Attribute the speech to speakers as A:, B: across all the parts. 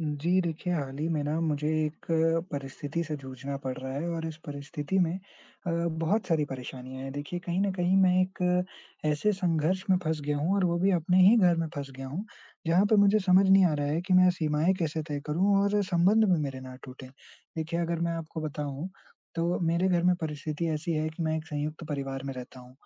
A: जी, देखिए हाल ही में ना मुझे एक परिस्थिति से जूझना पड़ रहा है और इस परिस्थिति में बहुत सारी परेशानियाँ हैं। देखिए कहीं न कहीं मैं एक ऐसे संघर्ष में फँस गया हूँ और वो भी अपने ही घर में फँस गया हूँ, जहाँ पे मुझे समझ नहीं आ रहा है कि मैं सीमाएँ कैसे तय करूँ और संबंध भी मेरे ना टूटें। देखिए अगर मैं आपको बताऊँ, तो मेरे घर में परिस्थिति ऐसी है कि मैं एक संयुक्त परिवार में रहता हूँ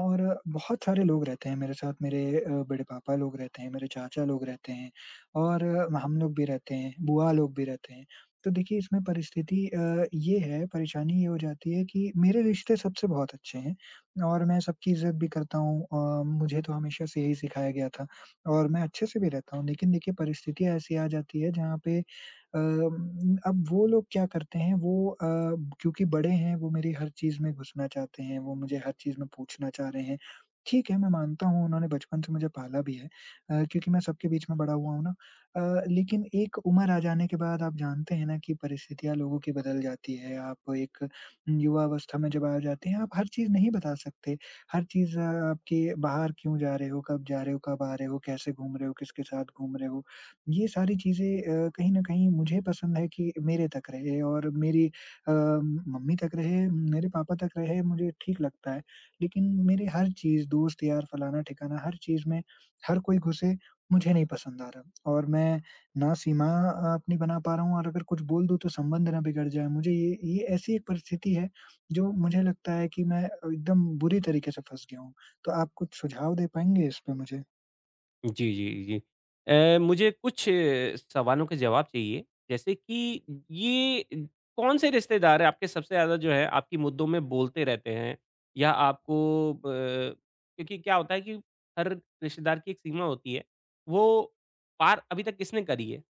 A: और बहुत सारे लोग रहते हैं मेरे साथ। मेरे बड़े पापा लोग रहते हैं, मेरे चाचा लोग रहते हैं, और हम लोग भी रहते हैं, बुआ लोग भी रहते हैं। तो देखिए इसमें परिस्थिति ये है परेशानी ये हो जाती है कि मेरे रिश्ते सबसे बहुत अच्छे हैं और मैं सबकी इज़्ज़त भी करता हूँ, मुझे तो हमेशा से यही सिखाया गया था और मैं अच्छे से भी रहता हूँ। लेकिन देखिए परिस्थिति ऐसी आ जाती है जहाँ पे अब वो लोग क्या करते हैं वो क्योंकि बड़े हैं वो मेरी हर चीज़ में घुसना चाहते हैं, वो मुझे हर चीज़ में पूछना चाह रहे हैं। ठीक है, मैं मानता हूँ उन्होंने बचपन से मुझे पाला भी है, क्योंकि मैं सबके बीच में बड़ा हुआ हूँ ना। अ, लेकिन एक उम्र आ जाने के बाद आप जानते हैं ना कि परिस्थितियाँ लोगों की बदल जाती है। आप एक युवा अवस्था में जब आ जाते हैं, आप हर चीज़ नहीं बता सकते। हर चीज़ आपकी बाहर क्यों जा रहे हो, कब जा रहे हो, कब आ रहे हो, कैसे घूम रहे हो, किसके साथ घूम रहे हो। ये सारी चीज़ें कहीं न कहीं मुझे पसंद है कि मेरे तक रहे और मेरी मम्मी तक रहे, मेरे पापा तक रहे, मुझे ठीक लगता है। लेकिन मेरे हर चीज़ दोस्त यार, फलाना-ठिकाना हर चीज़ में हर कोई घुसे मुझे नहीं पसंद आ रहा और मैं ना सीमा अपनी बना पा रहा हूँ और अगर कुछ बोल दूँ तो संबंध ना बिगड़ जाए। मुझे ये ऐसी एक परिस्थिति है जो मुझे लगता है कि मैं एकदम बुरी तरीके से फँस गया हूँ। तो आप कुछ सुझाव दे पाएँगे इस पे मुझे?
B: जी, जी, जी। मुझे कुछ सवालों के जवाब चाहिए, जैसे कि ये कौन-से रिश्तेदार हैं आपके सबसे ज़्यादा जो है आपकी मुद्दों में बोलते रहते हैं? या आपको ब क्योंकि क्या होता है कि हर रिश्तेदार की एक सीमा होती है, वो पार अभी तक किसने करी है?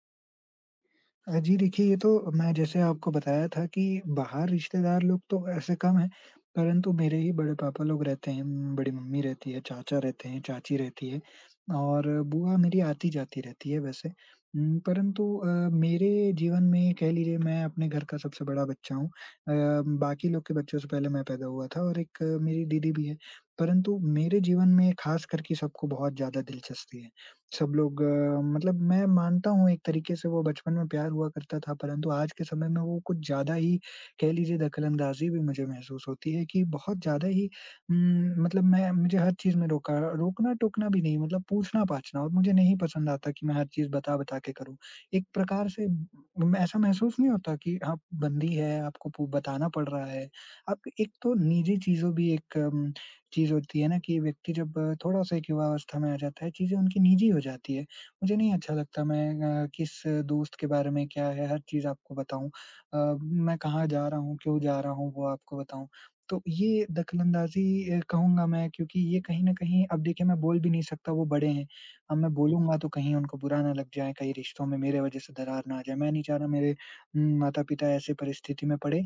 A: जी देखिए, ये तो मैं जैसे आपको बताया था कि बाहर रिश्तेदार लोग तो ऐसे कम हैं, परंतु मेरे ही बड़े पापा लोग रहते हैं, बड़ी मम्मी रहती है, चाचा रहते हैं, चाची रहती है और बुआ मेरी आती-जाती रहती है वैसे। परंतु मेरे जीवन में कह लीजिए मैं अपने घर का सबसे बड़ा बच्चा हूँ। बाकी लोग के बच्चों से पहले मैं पैदा हुआ था और एक, मेरी दीदी भी है, परंतु मेरे जीवन में ख़ास करके सबको बहुत ज़्यादा दिलचस्पी है। सब लोग, मतलब मैं मानता हूँ एक तरीके से वो बचपन में प्यार हुआ करता था, परंतु आज के समय में वो कुछ ज़्यादा ही कह लीजिए दखल-अंदाज़ी भी मुझे महसूस होती है कि बहुत ज़्यादा ही मतलब मैं मुझे हर चीज़ में रोका रोकना-टोकना भी नहीं मतलब पूछना-पाछना और मुझे नहीं पसंद आता कि मैं हर चीज़ बता-बता के करूँ। एक प्रकार से ऐसा महसूस नहीं होता कि आप बंदी है, आपको पू बताना पड़ रहा है। आप एक तो निजी चीज़ों भी एक चीज़ होती है ना कि व्यक्ति जब थोड़ा-सा एक युवावस्था में आ जाता है, चीज़ें उनकी निजी हो जाती है। मुझे नहीं अच्छा लगता मैं, किस दोस्त के बारे में क्या है, हर चीज़ आपको बताऊँ। अ, मैं कहाँ जा रहा हूँ, क्यों जा रहा हूँ, वो आपको बताऊँ। तो ये दखलंदाज़ी, कहूँगा मैं क्योंकि ये कहीं न कहीं अब देखिए मैं बोल भी नहीं सकता वो बड़े हैं। अब मैं
B: जी,
A: बोलूँगा तो कहीं उनको बुरा ना लग जाए, कहीं रिश्तों में मेरे वज़ह से दरार ना आ जाए। मैं नहीं चाह रहा मेरे माता-पिता ऐसी परिस्थिति में पड़े,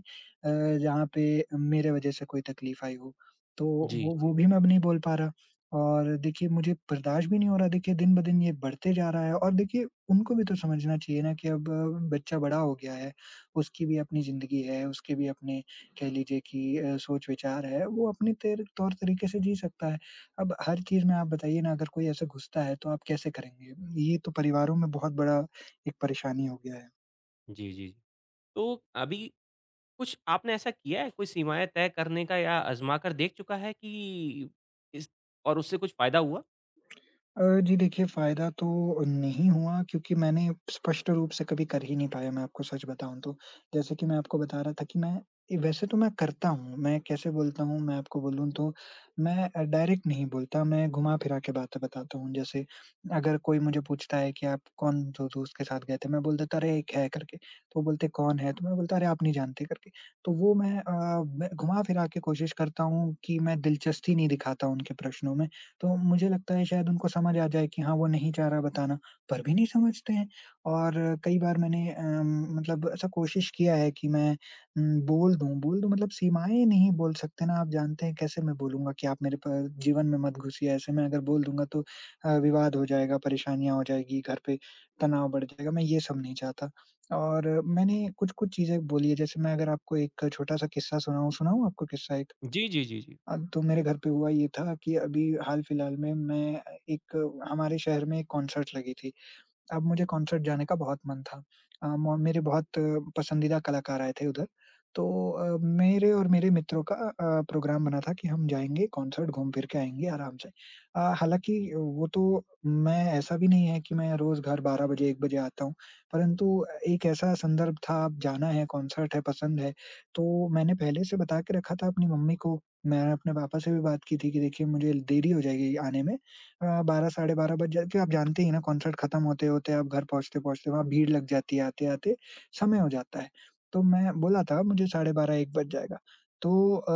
A: जहाँ पे मेरे वज़ह से कोई तकलीफ़ आई हो। तो
B: जी,
A: वो भी मैं अब नहीं बोल पा रहा और देखिए मुझे बर्दाश्त भी नहीं हो रहा, देखिए दिन-ब-दिन ये बढ़ते जा रहा है और देखिए उनको भी तो समझना चाहिए ना कि अब बच्चा बड़ा हो गया है, उसकी भी अपनी ज़िंदगी है, उसके भी अपने कह लीजिए कि सोच-विचार है, वो अपने तेर तौर-तरीके से जी सकता है। अब हर चीज़ में आप बताइए ना अगर कोई ऐसे घुसता है तो आप कैसे करेंगे? ये तो परिवारों में बहुत बड़ा एक परेशानी हो गया है।
B: जी, जी। जी। तो अभी कुछ आपने ऐसा किया है, कोई सीमाएँ तय करने का या आज़मा कर देख चुका है कि इस और उससे कुछ फ़ायदा हुआ?
A: जी देखिए, फ़ायदा तो नहीं हुआ क्योंकि मैंने स्पष्ट रूप से कभी कर ही नहीं पाया, मैं आपको सच बताऊँ तो। जैसे कि मैं आपको बता रहा था कि मैं वैसे तो मैं करता हूँ, मैं कैसे बोलता हूँ मैं आपको बोलूँ तो मैं, डायरेक्ट नहीं बोलता, मैं घुमा-फिरा के बातें बताता हूँ। जैसे अगर कोई मुझे पूछता है कि आप कौन दो दोस्त के साथ गए थे? मैं बोल देता अरे एक है करके, तो वो बोलते कौन है? तो मैं बोलता अरे आप नहीं जानते करके। तो वो मैं घुमा-फिरा के कोशिश करता हूँ कि मैं दिलचस्पी नहीं दिखाता उनके प्रश्नों में, तो मुझे लगता है शायद उनको समझ आ जाए कि हाँ, वो नहीं चाह रहा बताना, पर भी नहीं समझते हैं। और कई बार मैंने, मतलब ऐसा कोशिश किया है कि मैं, बोल दूँ मतलब सीमाएँ नहीं बोल सकते ना, आप जानते हैं कैसे मैं बोलूँगा कि आप मेरे प जीवन में मत घुसिए, ऐसे मैं अगर बोल दूँगा तो, विवाद हो जाएगा, परेशानियाँ हो जाएगी, घर पे तनाव बढ़ जाएगा, मैं ये सब नहीं चाहता। और मैंने कुछ-कुछ चीज़ें बोली है, जैसे मैं अगर आपको एक छोटा-सा किस्सा सुनाऊँ सुनाऊँ आपको किस्सा एक?
B: जी, जी, जी, जी।
A: अब तो मेरे घर पे हुआ ये था कि अभी हाल-फिलहाल में मैं एक हमारे शहर में एक कॉन्सर्ट लगी थी। अब मुझे कॉन्सर्ट जाने का बहुत मन था। अ, मो मेरे बहुत पसंदीदा कलाकार आए थे उधर। तो मेरे और मेरे मित्रों का प्रोग्राम बना था कि हम जाएँगे कॉन्सर्ट, घूम फिर के आएँगे आराम से। हालाँकि वो तो मैं ऐसा भी नहीं है कि मैं रोज़ घर 12 बजे, 1 बजे आता हूँ, परंतु एक ऐसा संदर्भ था अब जाना है, कॉन्सर्ट है, पसंद है, तो मैंने पहले से बता के रखा था अपनी मम्मी को। मैंने अपने पापा से भी बात की थी कि देखिए मुझे देरी हो जाएगी आने में, 12 साढ़े 12 बज जाते क्योंकि आप जानते ही हैं ना कॉन्सर्ट खत्म होते-होते आप घर पहुँचते-पहुँचते वहाँ भीड़ लग जाती है आते-आते, समय हो जाता है। तो मैं बोला था मुझे साढ़े 12-1 बज जाएगा। तो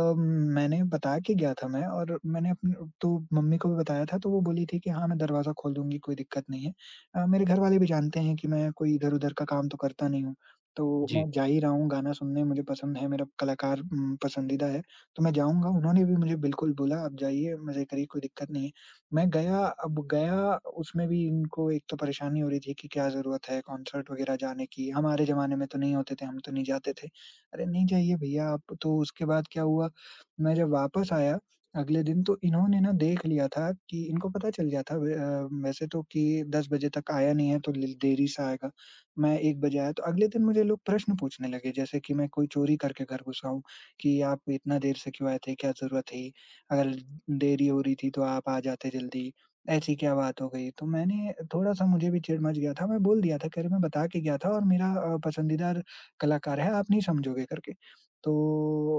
A: मैंने बता के गया था मैं और मैंने अपने तो मम्मी को भी बताया था तो वो बोली थी कि हाँ, मैं दरवाज़ा खोल दूँगी कोई दिक्कत नहीं है। मेरे घरवाले भी जानते हैं कि मैं कोई इधर-उधर का काम तो करता नहीं हूँ। तो
B: जी,
A: मैं जा ही रहा हूँ गाना सुनने, मुझे पसंद है, मेरा कलाकार पसंदीदा है। तो मैं जाऊँगा, उन्होंने भी मुझे बिल्कुल बोला आप जाइए मज़े करिए कोई दिक्कत नहीं है। मैं गया, अब गया, उसमें भी इनको एक तो परेशानी हो रही थी कि क्या ज़रूरत है कॉन्सर्ट वगैरह जाने की, हमारे ज़माने में तो नहीं होते थे, हम तो नहीं जाते थे। अरे! नहीं जाइए भैया आप, तो उसके बाद क्या हुआ, मैं जब वापस आया अगले दिन तो इन्होंने ना देख लिया था कि इनको पता चल गया था वे, वैसे तो कि 10 बजे तक आया नहीं है तो ल देरी से आएगा। मैं 1 बजे आया तो अगले दिन मुझे लोग प्रश्न पूछने लगे जैसे कि मैं कोई चोरी करके घर घुसा हूँ, कि आप इतना देर से क्यों आए थे? क्या ज़रूरत थी? अगर देरी हो रही थी तो आप आ जाते जल्दी, ऐसी क्या बात हो गई? तो मैंने थोड़ा-सा मुझे भी चिढ़ मच गया था, मैं बोल दिया था कि अरे मैं बता के गया था और मेरा, पसंदीदा कलाकार है, आप नहीं समझोगे करके। तो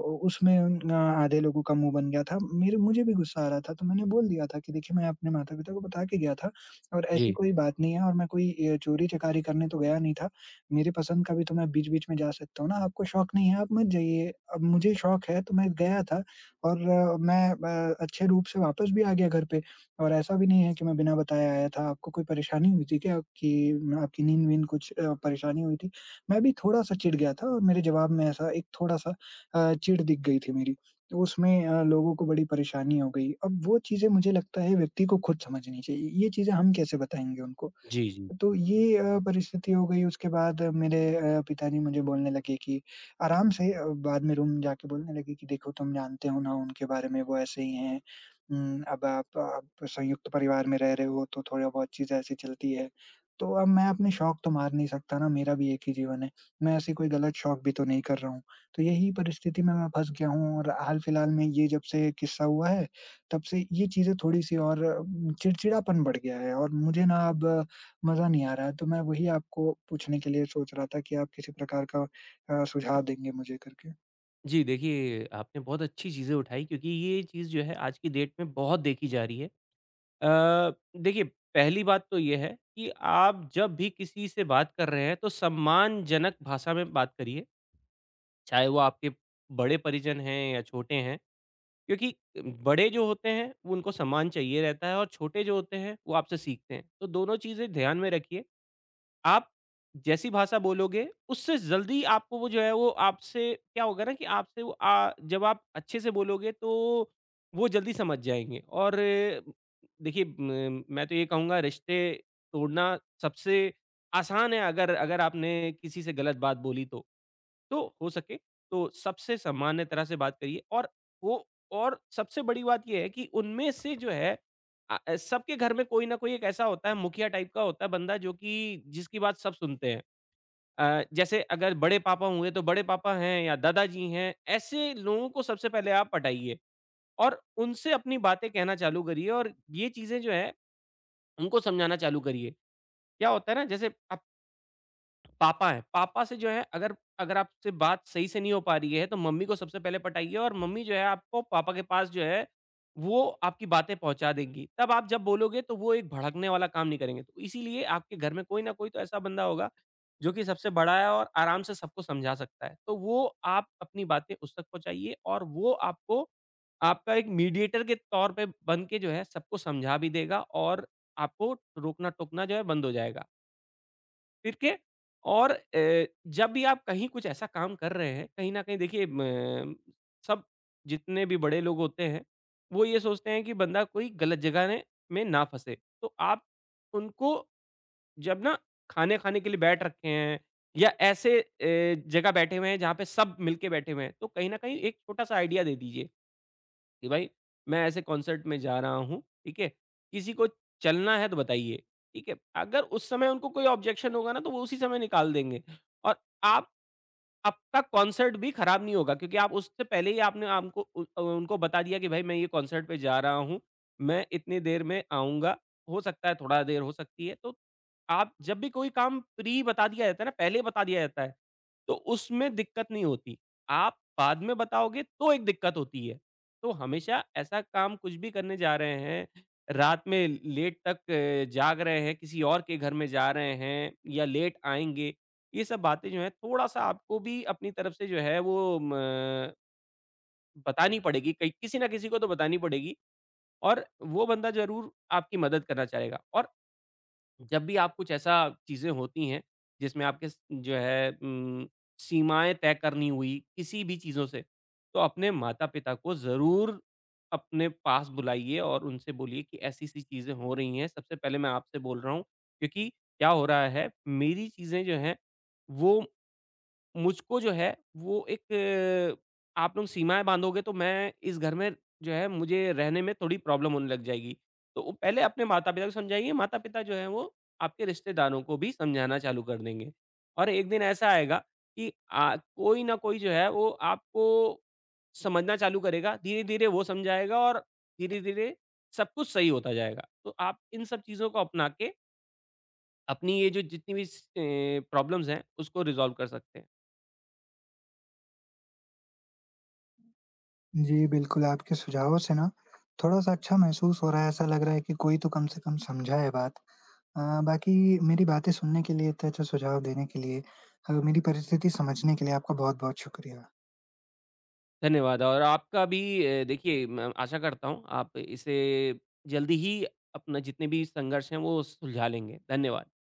A: उ उसमें आधे लोगों का मुँह बन गया था, मेरे मुझे भी गुस्सा आ रहा था तो मैंने बोल दिया था कि देखिए मैं अपने माता-पिता को बता के गया था और ऐसी
B: जी।
A: कोई बात नहीं है और मैं कोई, चोरी-चकारी करने तो गया नहीं था। मेरे पसंद का भी तो मैं बीच-बीच में जा सकता हूँ ना, आपको शौक नहीं है आप मत जाइए। अब मुझे शौक है तो मैं गया था और मैं अच्छे रूप से वापस भी आ गया घर पे और ऐसा भी नहीं है कि मैं बिना बताए आया था। आपको कोई परेशानी हुई थी क्या कि आपकी नींद-वींद कुछ, परेशानी हुई थी? मैं भी थोड़ा-सा चिढ़ गया था और मेरे जवाब में ऐसा एक थोड़ा-सा, चिढ़ दिख गई थी मेरी। तो उसमें, लोगों को बड़ी परेशानी हो गई। अब वो चीज़ें मुझे लगता है व्यक्ति को खुद समझनी चाहिए। ये चीज़ें हम कैसे बताएँगे उनको?
B: जी, जी।
A: तो ये, परिस्थिति हो गई उसके बाद मेरे, पिताजी मुझे बोलने लगे कि आराम से, बाद में रूम जाके बोलने लगे कि देखो तुम जानते हो ना उनके बारे में वो ऐसे ही हैं, अब आप संयुक्त परिवार में रह रहे हो तो थोड़ा बहुत चीज़ ऐसी चलती है। तो अब मैं अपने शौक तो मार नहीं सकता ना, मेरा भी एक ही जीवन है। मैं ऐसी कोई गलत शौक भी तो नहीं कर रहा हूँ। तो यही परिस्थिति में मैं फँस गया हूँ और हाल-फिलहाल में ये जब से किस्सा हुआ है, तब से ये चीज़ें थोड़ी-सी और चिड़चिड़ापन बढ़ गया है और मुझे ना अब मज़ा नहीं आ रहा है, तो मैं वही आपको पूछने के लिए सोच रहा था कि आप किसी प्रकार का, सुझाव देंगे मुझे करके?
B: जी, देखिए आपने बहुत अच्छी चीज़ें उठाई क्योंकि ये चीज़ जो है आज की डेट में बहुत देखी जा रही है। अ, देखिए पहली बात तो ये है कि आप जब भी किसी से बात कर रहे हैं तो सम्मानजनक भाषा में बात करिए, चाहे वो आपके बड़े परिजन हैं या छोटे हैं। क्योंकि बड़े जो होते हैं वो उनको सम्मान चाहिए रहता है और छोटे जो होते हैं वो आपसे सीखते हैं। तो दोनों चीज़ें ध्यान में रखिए। आप जैसी भाषा बोलोगे, उससे जल्दी आपको वो जो है वो आपसे क्या होगा ना कि आपसे वो आ जब आप अच्छे से बोलोगे तो वो जल्दी समझ जाएँगे और देखिए म मैं तो ये कहूँगा रिश्ते तोड़ना सबसे आसान है अगर अगर आपने किसी से गलत बात बोली तो। तो हो सके तो सबसे सामान्य तरह से बात करिए और वो और सबसे बड़ी बात ये है कि उनमें से जो है सबके घर में कोई ना कोई एक ऐसा होता है मुखिया टाइप का होता है बंदा जो कि जिसकी बात सब सुनते हैं। जैसे अगर बड़े पापा हुए तो बड़े पापा हैं या दादाजी हैं, ऐसे लोगों को सबसे पहले आप पटाइए और उनसे अपनी बातें कहना चालू करिए और ये चीज़ें जो है उनको समझाना चालू करिए। क्या होता है ना जैसे आप पापा हैं, पापा से जो है अगर अगर आपसे बात सही से नहीं हो पा रही है, तो मम्मी को सबसे पहले पटाइए और मम्मी जो है आपको पापा के पास जो है, वो आपकी बातें पहुँचा देंगी। तब आप जब बोलोगे तो वो एक भड़कने वाला काम नहीं करेंगे। तो इसीलिए आपके घर में कोई न कोई तो ऐसा बंदा होगा, जो कि सबसे बड़ा है और आराम से सबको समझा सकता है। तो वो आप अपनी बातें उस तक पहुँचाइए और वो आपको आपका एक मीडिएटर के तौर पे बन के जो है सबको समझा भी देगा और आपको रोकना-टोकना जो है बंद हो जाएगा। ठीक है? और जब भी आप कहीं कुछ ऐसा काम कर रहे हैं, कहीं न कहीं देखिए म सब जितने भी बड़े लोग होते हैं, वो ये सोचते हैं कि बंदा कोई गलत जगह ने में ना फँसे। तो आप उनको जब ना खाने खाने के लिए बैठ रखे हैं या ऐसे जगह बैठे हुए हैं जहाँ पे सब मिलके बैठे हुए हैं, तो कहीं न कहीं एक छोटा-सा आइडिया दे दीजिए। कि भाई मैं ऐसे कॉन्सर्ट में जा रहा हूँ, ठीक है? किसी को चलना है तो बताइए, ठीक है? अगर उस समय उनको कोई ऑब्जेक्शन होगा ना तो वो उसी समय निकाल देंगे और आप आपका कॉन्सर्ट भी ख़राब नहीं होगा क्योंकि आप उससे पहले ही आपने आपको उनको बता दिया कि भाई मैं ये कॉन्सर्ट पे जा रहा हूँ, मैं इतनी देर में आऊँगा, हो सकता है थोड़ा देर हो सकती है। तो आप जब भी कोई काम प्री बता दिया जाता है ना, पहले बता दिया जाता है तो उसमें दिक्कत नहीं होती। आप बाद में बताओगे तो एक दिक्कत होती है। तो हमेशा ऐसा काम कुछ भी करने जा रहे हैं, रात में लेट तक जाग रहे हैं, किसी और के घर में जा रहे हैं या लेट आएँगे, ये सब बातें जो हैं थोड़ा-सा आपको भी अपनी तरफ से जो है वो म बतानी पड़ेगी, कहीं किसी न किसी को तो बतानी पड़ेगी और वो बंदा ज़रूर आपकी मदद करना चाहेगा और जब भी आप कुछ ऐसा चीज़ें होती हैं, जिसमें आपके स जो है सीमाएँ तय करनी हुई, किसी भी चीज़ों से, तो अपने माता-पिता को ज़रूर अपने पास बुलाइए और उनसे बोलिए कि ऐसी-ऐसी चीज़ें हो रही हैं, सबसे पहले मैं आपसे बोल रहा हूँ, क्योंकि क्या हो रहा है, मेरी चीज़ें जो हैं, वो मुझको जो है वो एक अ, आप लोग सीमाएँ बाँधोगे तो मैं इस घर में जो है मुझे रहने में थोड़ी प्रॉब्लम होने लग जाएगी। तो वो पहले अपने माता-पिता को समझाइए, माता-पिता जो हैं वो आपके रिश्तेदारों को भी समझाना चालू कर देंगे। और एक दिन ऐसा आएगा कि आ कोई ना कोई जो है वो आपको समझना चालू करेगा, धीरे-धीरे वो समझाएगा और धीरे-धीरे सब कुछ सही होता जाएगा। तो आप इन सब चीज़ों को अपना के अपनी ये जो जितनी भी प्रॉब्लम्स हैं उसको रिज़ॉल्व कर सकते हैं।
A: जी, बिल्कुल, आपके सुझावों से ना थोड़ा-सा अच्छा महसूस हो रहा है, ऐसा लग रहा है कि कोई तो कम से कम समझा है बात। बाकी मेरी बातें सुनने के लिए, इतने अच्छे सुझाव देने के लिए, मेरी परिस्थिति समझने के लिए आपका बहुत-बहुत शुक्रिया।
B: धन्यवाद और आपका भी देखिए मैं आशा करता हूँ आप इसे जल्दी ही अपना जितने भी संघर्ष हैं वो सुलझा लेंगे। धन्यवाद।